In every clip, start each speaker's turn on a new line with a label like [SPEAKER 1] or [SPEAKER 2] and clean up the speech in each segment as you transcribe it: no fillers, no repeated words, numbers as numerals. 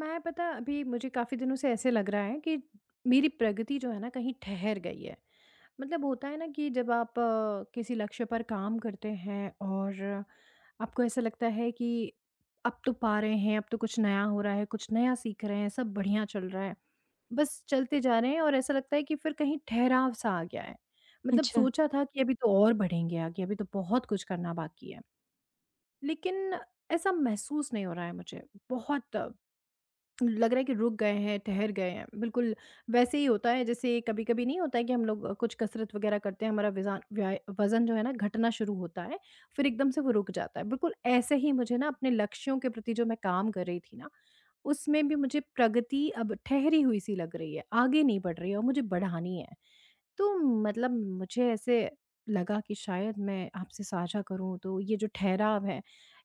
[SPEAKER 1] मैं पता अभी मुझे काफ़ी दिनों से ऐसे लग रहा है कि मेरी प्रगति जो है ना कहीं ठहर गई है। मतलब होता है ना कि जब आप किसी लक्ष्य पर काम करते हैं और आपको ऐसा लगता है कि अब तो पा रहे हैं, अब तो कुछ नया हो रहा है, कुछ नया सीख रहे हैं, सब बढ़िया चल रहा है। बस चलते जा रहे हैं और ऐसा लगता है कि फिर कहीं ठहराव-सा आ गया है। मतलब
[SPEAKER 2] अच्छा।
[SPEAKER 1] सोचा था कि अभी तो और बढ़ेंगे आगे, अभी तो बहुत कुछ करना बाकी है। लेकिन ऐसा महसूस नहीं हो रहा है मुझे, बहुत लग रहा है कि रुक गए हैं, ठहर गए हैं। बिल्कुल वैसे ही होता है जैसे कभी-कभी नहीं होता है कि हम लोग कुछ कसरत वगैरह करते हैं, हमारा विज़ान व्याय वज़न जो है ना घटना शुरू होता है, फिर एकदम से वो रुक जाता है। बिल्कुल ऐसे ही मुझे ना अपने लक्ष्यों के प्रति जो मैं काम कर रही थी ना, उसमें भी मुझे प्रगति अब ठहरी हुई सी लग रही है, आगे नहीं बढ़ रही है और मुझे बढ़ानी है। तो मतलब मुझे ऐसे लगा कि शायद मैं आपसे साझा करूँ, तो ये जो ठहराव है,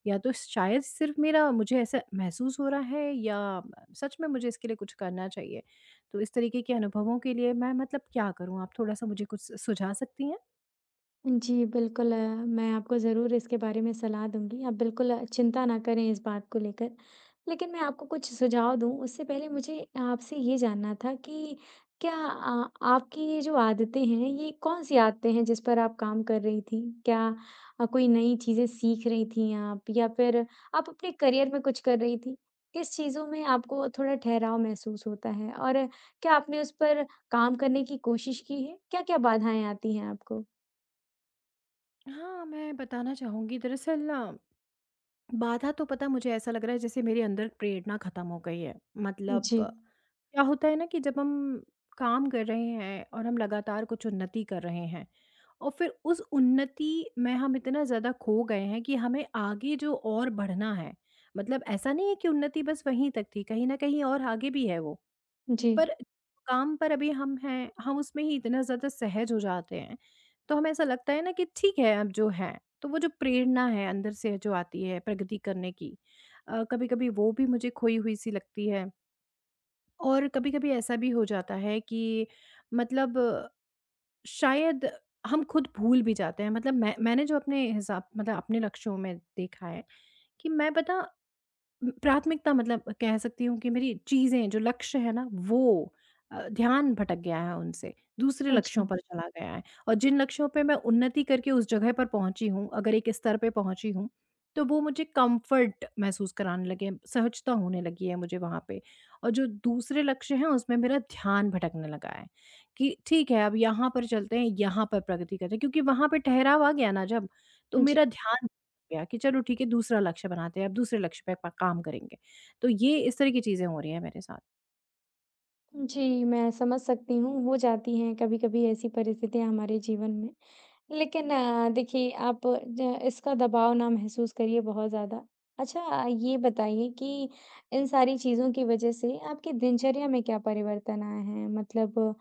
[SPEAKER 1] या तो शायद सिर्फ मेरा मुझे ऐसा महसूस हो रहा है या सच में मुझे इसके लिए कुछ करना चाहिए। तो इस तरीके के अनुभवों के लिए मैं मतलब क्या करूँ? आप थोड़ा-सा मुझे कुछ सुझा सकती हैं?
[SPEAKER 2] जी, बिल्कुल, मैं आपको ज़रूर इसके बारे में सलाह दूँगी। आप बिल्कुल चिंता ना करें इस बात को लेकर। लेकिन मैं आपको कुछ सुझाव दूँ, उससे पहले मुझे आपसे ये जानना था कि क्या आपकी ये जो आदतें हैं, ये कौन-सी आदतें हैं जिस पर आप काम कर रही थीं? क्या कोई नई चीज़ें सीख रही थीं आप या फिर आप अपने करियर में कुछ कर रही थीं? किस चीज़ों में आपको थोड़ा ठहराव महसूस होता है? और क्या आपने उस पर काम करने की कोशिश की है? क्या-क्या बाधाएँ आती हैं आपको?
[SPEAKER 1] हाँ, मैं बताना चाहूँगी दरअसल ना, बाधा तो पता मुझे ऐसा लग रहा है जैसे मेरे अंदर प्रेरणा ख़त्म हो गई है। मतलब
[SPEAKER 2] जी,
[SPEAKER 1] क्या होता है ना कि जब हम काम कर रहे हैं और हम लगातार कुछ उन्नति कर रहे हैं और फिर उस उन्नति में हम इतना ज़्यादा खो गए हैं कि हमें आगे जो और बढ़ना है, मतलब ऐसा नहीं है कि उन्नति बस वहीं तक थी, कहीं न कहीं और आगे भी है वो।
[SPEAKER 2] जी।
[SPEAKER 1] पर काम पर अभी हम हैं, हम उसमें ही इतना ज़्यादा सहज हो जाते हैं, तो हमें ऐसा लगता है ना कि ठीक है अब जो है। तो वो जो प्रेरणा है अंदर से जो आती है प्रगति करने की, कभी-कभी वो भी मुझे खोई हुई-सी लगती है और कभी-कभी ऐसा भी हो जाता है कि मतलब शायद हम खुद भूल भी जाते हैं। मतलब मैंने जो अपने हिसाब मतलब अपने लक्ष्यों में देखा है कि मैं पता प्राथमिकता मतलब कह सकती हूँ कि मेरी चीज़ें जो लक्ष्य है ना वो, ध्यान भटक गया है उनसे, दूसरे लक्ष्यों
[SPEAKER 2] अच्छा,
[SPEAKER 1] पर चला गया है और जिन लक्ष्यों पे मैं उन्नति करके उस जगह पर पहुँची हूँ, अगर एक स्तर पे पहुँची हूँ, तो वो मुझे कम्फ़र्ट महसूस कराने लगे हैं, सहजता होने लगी है मुझे वहाँ पे और जो दूसरे लक्ष्य हैं उसमें मेरा ध्यान भटकने लगा है कि ठीक है अब यहाँ पर चलते हैं, यहाँ पर प्रगति करते हैं क्योंकि वहाँ पे ठहराव आ गया ना जब, तो
[SPEAKER 2] जी,
[SPEAKER 1] मेरा ध्यान गया कि चलो ठीक है दूसरा लक्ष्य बनाते हैं, अब दूसरे लक्ष्य पे प काम करेंगे। तो ये इस तरह की चीज़ें हो रही हैं मेरे साथ।
[SPEAKER 2] जी, मैं समझ सकती हूँ, हो जाती हैं कभी-कभी ऐसी परिस्थितियाँ हमारे जीवन में। लेकिन देखिए आप ज इसका दबाव ना महसूस करिए बहुत ज़्यादा। अच्छा ये बताइए कि इन सारी चीज़ों की वज़ह से आपकी दिनचर्या में क्या परिवर्तन आए हैं? मतलब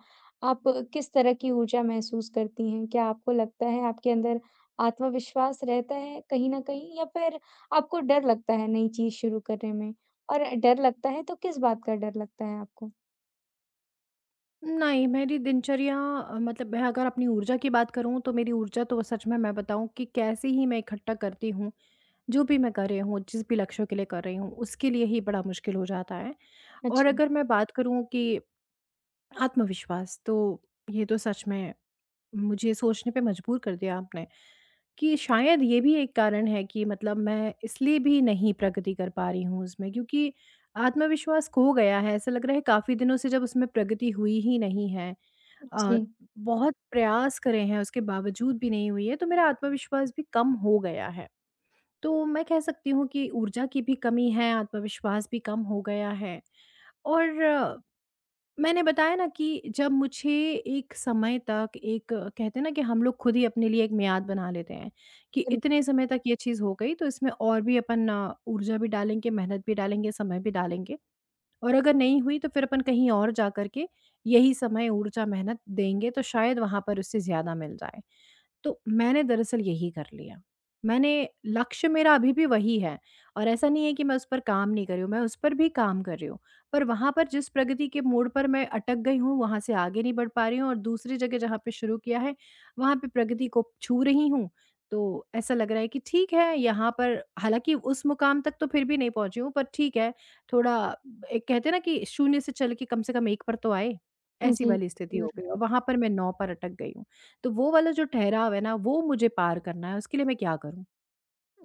[SPEAKER 2] आप किस तरह की ऊर्जा महसूस करती हैं? क्या आपको लगता है आपके अंदर आत्मविश्वास रहता है कहीं न कहीं या फिर आपको डर लगता है नई चीज़ शुरू करने में? और डर लगता है तो किस बात का डर लगता है आपको?
[SPEAKER 1] नहीं, मेरी दिनचर्या मतलब मैं अगर अपनी ऊर्जा की बात करूँ तो मेरी ऊर्जा तो सच में, मैं बताऊँ कि कैसे ही मैं इकट्ठा करती हूँ। जो भी मैं कर रही हूँ, जिस भी लक्ष्यों के लिए कर रही हूँ, उसके लिए ही बड़ा मुश्किल हो जाता है। और
[SPEAKER 2] अच्छा।
[SPEAKER 1] अगर मैं बात करूँ कि आत्मविश्वास, तो ये तो सच में मुझे सोचने पे मजबूर कर दिया आपने कि शायद ये भी एक कारण है कि मतलब मैं इसलिए भी नहीं प्रगति कर पा रही हूँ उसमें, क्योंकि आत्मविश्वास खो गया है। ऐसा लग रहा है काफ़ी दिनों से जब उसमें प्रगति हुई ही नहीं है।
[SPEAKER 2] जी।
[SPEAKER 1] अ, बहुत प्रयास करे हैं उसके बावजूद भी नहीं हुई है, तो मेरा आत्मविश्वास भी कम हो गया है। तो मैं कह सकती हूँ कि ऊर्जा की भी कमी है, आत्मविश्वास भी कम हो गया है और मैंने बताया ना कि जब मुझे एक समय तक, एक कहते हैं ना कि हम लोग खुद ही अपने लिए एक मियाद बना लेते हैं कि
[SPEAKER 2] बिल
[SPEAKER 1] इतने समय तक ये चीज़ हो गई तो इसमें और भी अपन ऊर्जा भी डालेंगे, मेहनत भी डालेंगे, समय भी डालेंगे और अगर नहीं हुई तो फिर अपन कहीं और जा कर के यही समय, ऊर्जा, मेहनत देंगे तो शायद वहाँ पर उससे ज़्यादा मिल जाए। तो मैंने दरअसल यही कर लिया। मैंने लक्ष्य मेरा अभी भी वही है और ऐसा नहीं है कि मैं उस पर काम नहीं कर रही हूँ, मैं उस पर भी काम कर रही हूँ। पर वहाँ पर जिस प्रगति के मोड़ पर मैं अटक गई हूँ, वहाँ से आगे नहीं बढ़ पा रही हूँ और दूसरी जगह जहाँ पे शुरू किया है, वहाँ पे प्रगति को छू रही हूँ। तो ऐसा लग रहा है कि ठीक है, यहाँ पर हालाँकि उस मुकाम तक तो फिर भी नहीं पहुँची हूँ, पर ठीक है, थोड़ा एक कहते हैं ना कि शून्य से चल के कम से कम 1 पर तो आए, ऐसी
[SPEAKER 2] जी।
[SPEAKER 1] वाली स्थिति हो गई और वहाँ पर मैं 9 पर अटक गई हूँ। तो वो वाला जो ठहराव है ना, वो मुझे पार करना है, उसके लिए मैं क्या करूँ?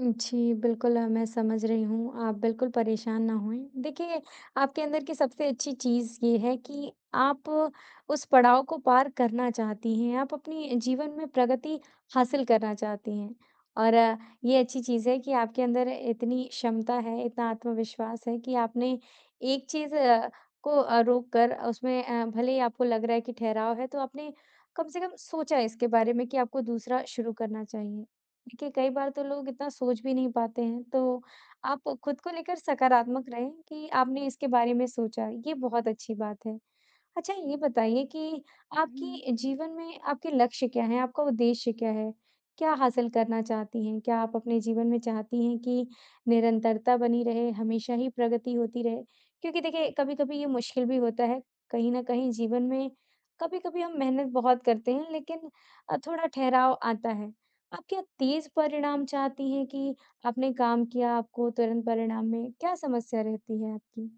[SPEAKER 2] जी, बिल्कुल मैं समझ रही हूँ, आप बिल्कुल परेशान ना होएँ। देखिए, आपके अंदर की सबसे अच्छी चीज़ ये है कि आप उस पड़ाव को पार करना चाहती हैं, आप अपनी जीवन में प्रगति हासिल करना चाहती हैं। और ये अच्छी चीज़ है कि आपके अंदर इतनी क्षमता है, इतना आत्मविश्वास है कि आपने एक चीज़ को रोक कर उसमें भले ही आपको लग रहा है कि ठहराव है, तो आपने कम से कम सोचा इसके बारे में कि आपको दूसरा शुरू करना चाहिए। देखिए, कई बार तो लोग इतना सोच भी नहीं पाते हैं, तो आप खुद को लेकर सकारात्मक रहें कि आपने इसके बारे में सोचा, ये बहुत अच्छी बात है। अच्छा ये बताइए कि
[SPEAKER 1] हुँ।
[SPEAKER 2] आपकी जीवन में आपके लक्ष्य क्या हैं? आपका उद्देश्य क्या है? क्या हासिल करना चाहती हैं? क्या आप अपने जीवन में चाहती हैं कि निरंतरता बनी रहे, हमेशा ही प्रगति होती रहे? क्योंकि देखिए कभी-कभी ये मुश्किल भी होता है, कहीं न कहीं जीवन में कभी-कभी हम मेहनत बहुत करते हैं लेकिन थोड़ा ठहराव आता है। आप क्या तेज़ परिणाम चाहती हैं कि आपने काम किया आपको तुरंत परिणाम में? क्या समस्या रहती है आपकी?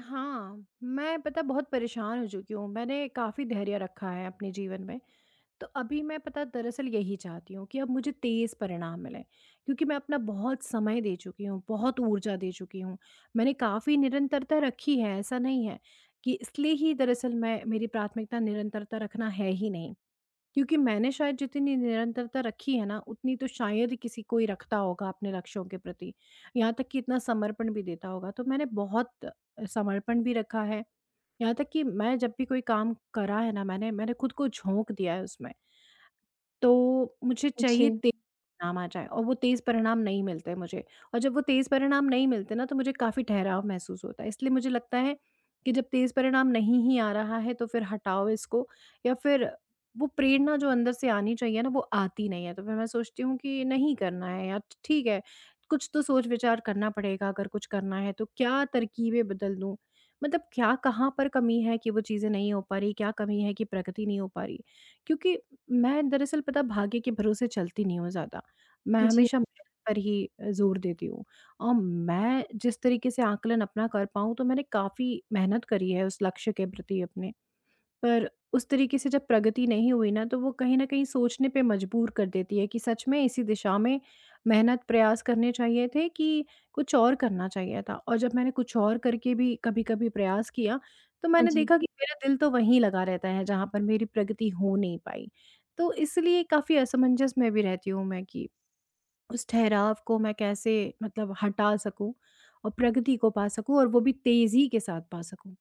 [SPEAKER 1] हाँ, मैं पता बहुत परेशान हो चुकी हूँ, मैंने काफ़ी धैर्य रखा है अपने जीवन में, तो अभी मैं पता दरअसल यही चाहती हूँ कि अब मुझे तेज़ परिणाम मिलें, क्योंकि मैं अपना बहुत समय दे चुकी हूँ, बहुत ऊर्जा दे चुकी हूँ। मैंने काफ़ी निरंतरता रखी है, ऐसा नहीं है कि, इसलिए ही दरअसल मैं मेरी प्राथमिकता निरंतरता रखना है ही नहीं। क्योंकि मैंने शायद जितनी निरंतरता रखी है ना, उतनी तो शायद ही किसी कोई रखता होगा अपने लक्ष्यों के प्रति। यहाँ तक कि इतना समर्पण भी देता होगा। तो मैंने बहुत समर्पण भी रखा है। यहाँ तक कि मैं जब भी कोई काम करा है ना मैंने, मैंने खुद को झोंक दिया है उसमें। तो मुझे चाहिए
[SPEAKER 2] जी,
[SPEAKER 1] तेज़ परिणाम आ जाए और वो तेज़ परिणाम नहीं मिलते मुझे और जब वो तेज़ परिणाम नहीं मिलते ना, तो मुझे काफ़ी ठहराव महसूस होता है। इसलिए मुझे लगता है कि जब तेज़ परिणाम नहीं ही आ रहा है, तो फिर हटाओ इसको या फिर वो प्रेरणा जो अंदर से आनी चाहिए ना, वो आती नहीं है। तो फिर मैं सोचती हूँ कि नहीं करना है या ठीक है, कुछ तो सोच-विचार करना पड़ेगा। अगर कुछ करना है तो क्या तरकीबें बदल दूँ? मतलब क्या कहाँ पर कमी है कि वो चीज़ें नहीं हो पा रही? क्या कमी है कि प्रगति नहीं हो पा रही? क्योंकि मैं दरअसल पता भाग्य के भरोसे चलती नहीं हूँ ज़्यादा। मैं
[SPEAKER 2] जी।
[SPEAKER 1] हमेशा मेहनत पर ही ज़ोर देती हूँ। और मैं जिस तरीके से आकलन अपना कर पाऊँ, तो मैंने काफ़ी मेहनत करी है उस लक्ष्य के प्रति अपने। पर उस तरीके से जब प्रगति नहीं हुई ना, तो वो कहीं न कहीं सोचने पे मजबूर कर देती है कि सच में इसी दिशा में मेहनत प्रयास करने चाहिए थे कि कुछ और करना चाहिए था। और जब मैंने कुछ और करके भी कभी-कभी प्रयास किया, तो
[SPEAKER 2] हाँ
[SPEAKER 1] मैंने
[SPEAKER 2] जी।
[SPEAKER 1] देखा कि मेरा दिल तो वहीं लगा रहता है जहाँ पर मेरी प्रगति हो नहीं पाई। तो इसलिए काफ़ी असमंजस में भी रहती हूँ मैं कि उस ठहराव को मैं कैसे, मतलब हटा सकूँ और प्रगति को पा सकूँ और वो भी तेज़ी के साथ पा सकूँ?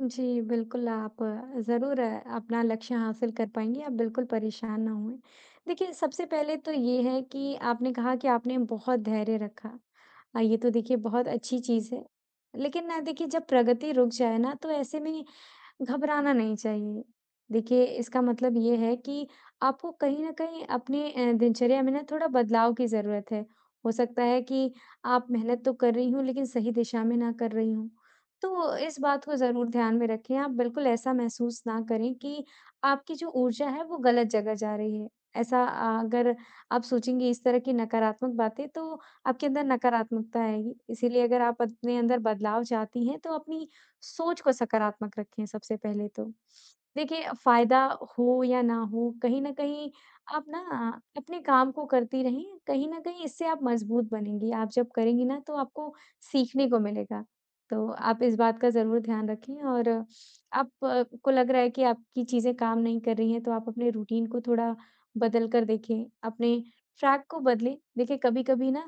[SPEAKER 2] जी, बिल्कुल आप ज़रूर अपना लक्ष्य हासिल कर पाएँगी, आप बिल्कुल परेशान ना होएँ। देखिए, सबसे पहले तो ये है कि आपने कहा कि आपने बहुत धैर्य रखा। ये तो देखिए बहुत अच्छी चीज़ है। लेकिन ना देखिए जब प्रगति रुक जाए ना, तो ऐसे में घबराना नहीं चाहिए। देखिए, इसका मतलब ये है कि आपको कहीं न कहीं अपने दिनचर्या में ना थोड़ा बदलाव की ज़रूरत है। हो सकता है कि आप मेहनत तो कर रही हों, लेकिन सही दिशा में ना कर रही हों। तो इस बात को ज़रूर ध्यान में रखें। आप बिल्कुल ऐसा महसूस ना करें कि आपकी जो ऊर्जा है, वो गलत जगह जा रही है। ऐसा अगर आप सोचेंगी इस तरह की नकारात्मक बातें, तो आपके अंदर नकारात्मकता आएगी। इसीलिए अगर आप अपने अंदर बदलाव चाहती हैं, तो अपनी सोच को सकारात्मक रखें सबसे पहले तो। देखिए फ़ायदा हो या ना हो, कहीं न कहीं आप ना अपने काम को करती रहें, कहीं न कहीं इससे आप मज़बूत बनेंगी। आप जब करेंगी ना तो आपको सीखने को मिलेगा। तो आप इस बात का ज़रूर ध्यान रखें और आप को लग रहा है कि आपकी चीज़ें काम नहीं कर रही हैं तो आप अपने रूटीन को थोड़ा बदल कर देखें, अपने ट्रैक को बदलें। देखिए कभी-कभी ना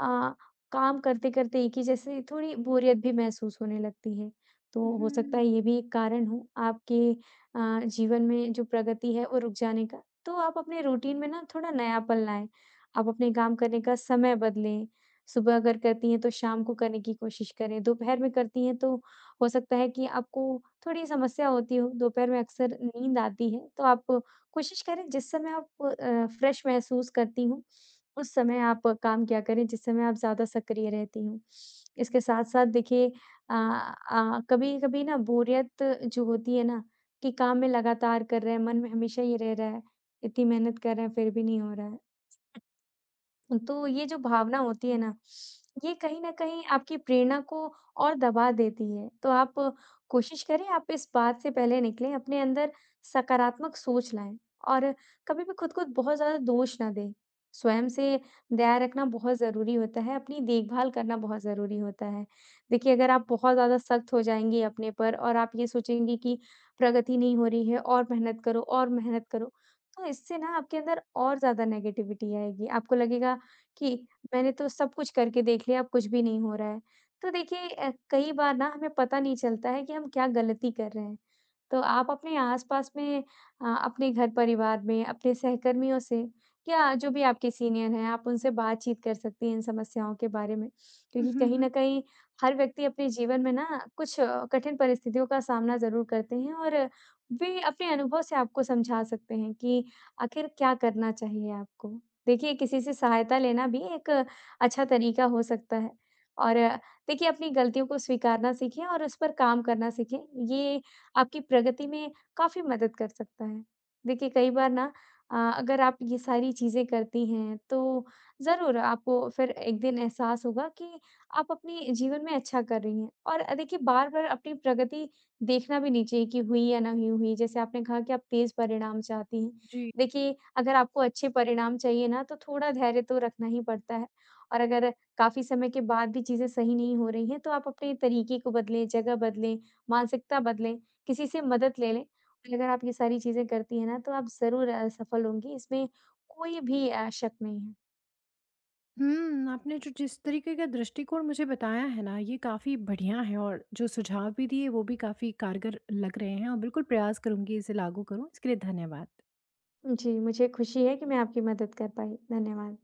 [SPEAKER 2] अ, काम करते-करते एक ही जैसे थोड़ी बोरियत भी महसूस होने लगती है। तो हो सकता है
[SPEAKER 1] हुँ।
[SPEAKER 2] ये भी एक कारण हो आपके जीवन में जो प्रगति है वो रुक जाने का। तो आप अपने रूटीन में ना थोड़ा नयापन लाएँ। आप अपने काम करने का समय बदलें। सुबह अगर करती हैं तो शाम को करने की कोशिश करें। दोपहर में करती हैं तो हो सकता है कि आपको थोड़ी समस्या होती हो, दोपहर में अक्सर नींद आती है, तो आप कोशिश करें जिस समय आप फ्रेश महसूस करती हों, उस समय आप काम किया करें, जिस समय आप ज़्यादा सक्रिय रहती हों। इसके साथ-साथ देखिए कभी-कभी ना बोरियत जो होती है ना कि काम में लगातार कर रहे हैं, मन में हमेशा ये रह रहा है, इतनी मेहनत कर रहे हैं फिर भी नहीं हो रहा है। तो ये जो भावना होती है
[SPEAKER 1] जी।
[SPEAKER 2] ना, ये कहीं न कहीं आपकी प्रेरणा को और दबा देती है। तो आप कोशिश करें आप इस बात से पहले निकलें, अपने अंदर सकारात्मक सोच लाएँ और कभी भी खुद को बहुत ज़्यादा दोष ना दें। स्वयं से दया रखना बहुत ज़रूरी होता है, अपनी देखभाल करना बहुत ज़रूरी होता है। देखिए, अगर आप बहुत ज़्यादा सख्त हो जाएँगी अपने पर और आप ये सोचेंगी कि प्रगति नहीं हो रही है और मेहनत करो, तो इससे ना आपके अंदर और ज़्यादा नेगेटिविटी आएगी। आपको लगेगा कि मैंने तो सब कुछ करके देख लिया, अब कुछ भी नहीं हो रहा है। तो देखिए कई बार ना हमें पता नहीं चलता है कि हम क्या गलती कर रहे हैं। तो आप अपने आस-पास में अपने घर-परिवार में, अपने सहकर्मियों से या जो भी आपके सीनियर हैं, आप उनसे बातचीत कर सकती हैं इन समस्याओं के बारे में।
[SPEAKER 1] हुँ,
[SPEAKER 2] क्योंकि
[SPEAKER 1] हुँ,
[SPEAKER 2] कहीं
[SPEAKER 1] हुँ।
[SPEAKER 2] न कहीं हर व्यक्ति अपने जीवन में ना कुछ कठिन परिस्थितियों का सामना ज़रूर करते हैं और वे अपने अनुभव से आपको समझा सकते हैं कि आखिर क्या करना चाहिए आपको। देखिए, किसी से सहायता लेना भी एक अच्छा तरीका हो सकता है और देखिए, अपनी गलतियों को स्वीकारना सीखें और उस पर काम करना सीखें। ये आपकी प्रगति में काफ़ी मदद कर सकता है। देखिए, कई बार ना अगर आप ये सारी चीज़ें करती हैं, तो ज़रूर आपको फिर एक दिन एहसास होगा कि आप अपने जीवन में अच्छा कर रही हैं और देखिए, बार-बार अपनी प्रगति देखना भी नहीं चाहिए कि हुई या नहीं हुई। हुई। जैसे आपने कहा कि आप तेज़ परिणाम चाहती हैं,
[SPEAKER 1] जी।
[SPEAKER 2] देखिए, अगर आपको अच्छे परिणाम चाहिए ना, तो थोड़ा धैर्य तो रखना ही पड़ता है और अगर काफ़ी समय के बाद भी चीज़ें सही नहीं हो रही हैं, तो आप अपने तरीके को बदलें, जगह बदलें, मानसिकता बदलें, किसी से मदद ले लें। और अगर आप ये सारी चीज़ें करती हैं ना, तो आप ज़रूर सफल होंगी, इसमें कोई भी शक नहीं है।
[SPEAKER 1] हुँ, आपने जो जिस तरीके का दृष्टिकोण मुझे बताया है ना, ये काफ़ी बढ़िया है और जो सुझाव भी दिए वो भी काफ़ी कारगर लग रहे हैं और बिल्कुल प्रयास करूँगी इसे लागू करूँ। इसके लिए धन्यवाद।
[SPEAKER 2] जी, मुझे खुशी है कि मैं आपकी मदद कर पाई। धन्यवाद।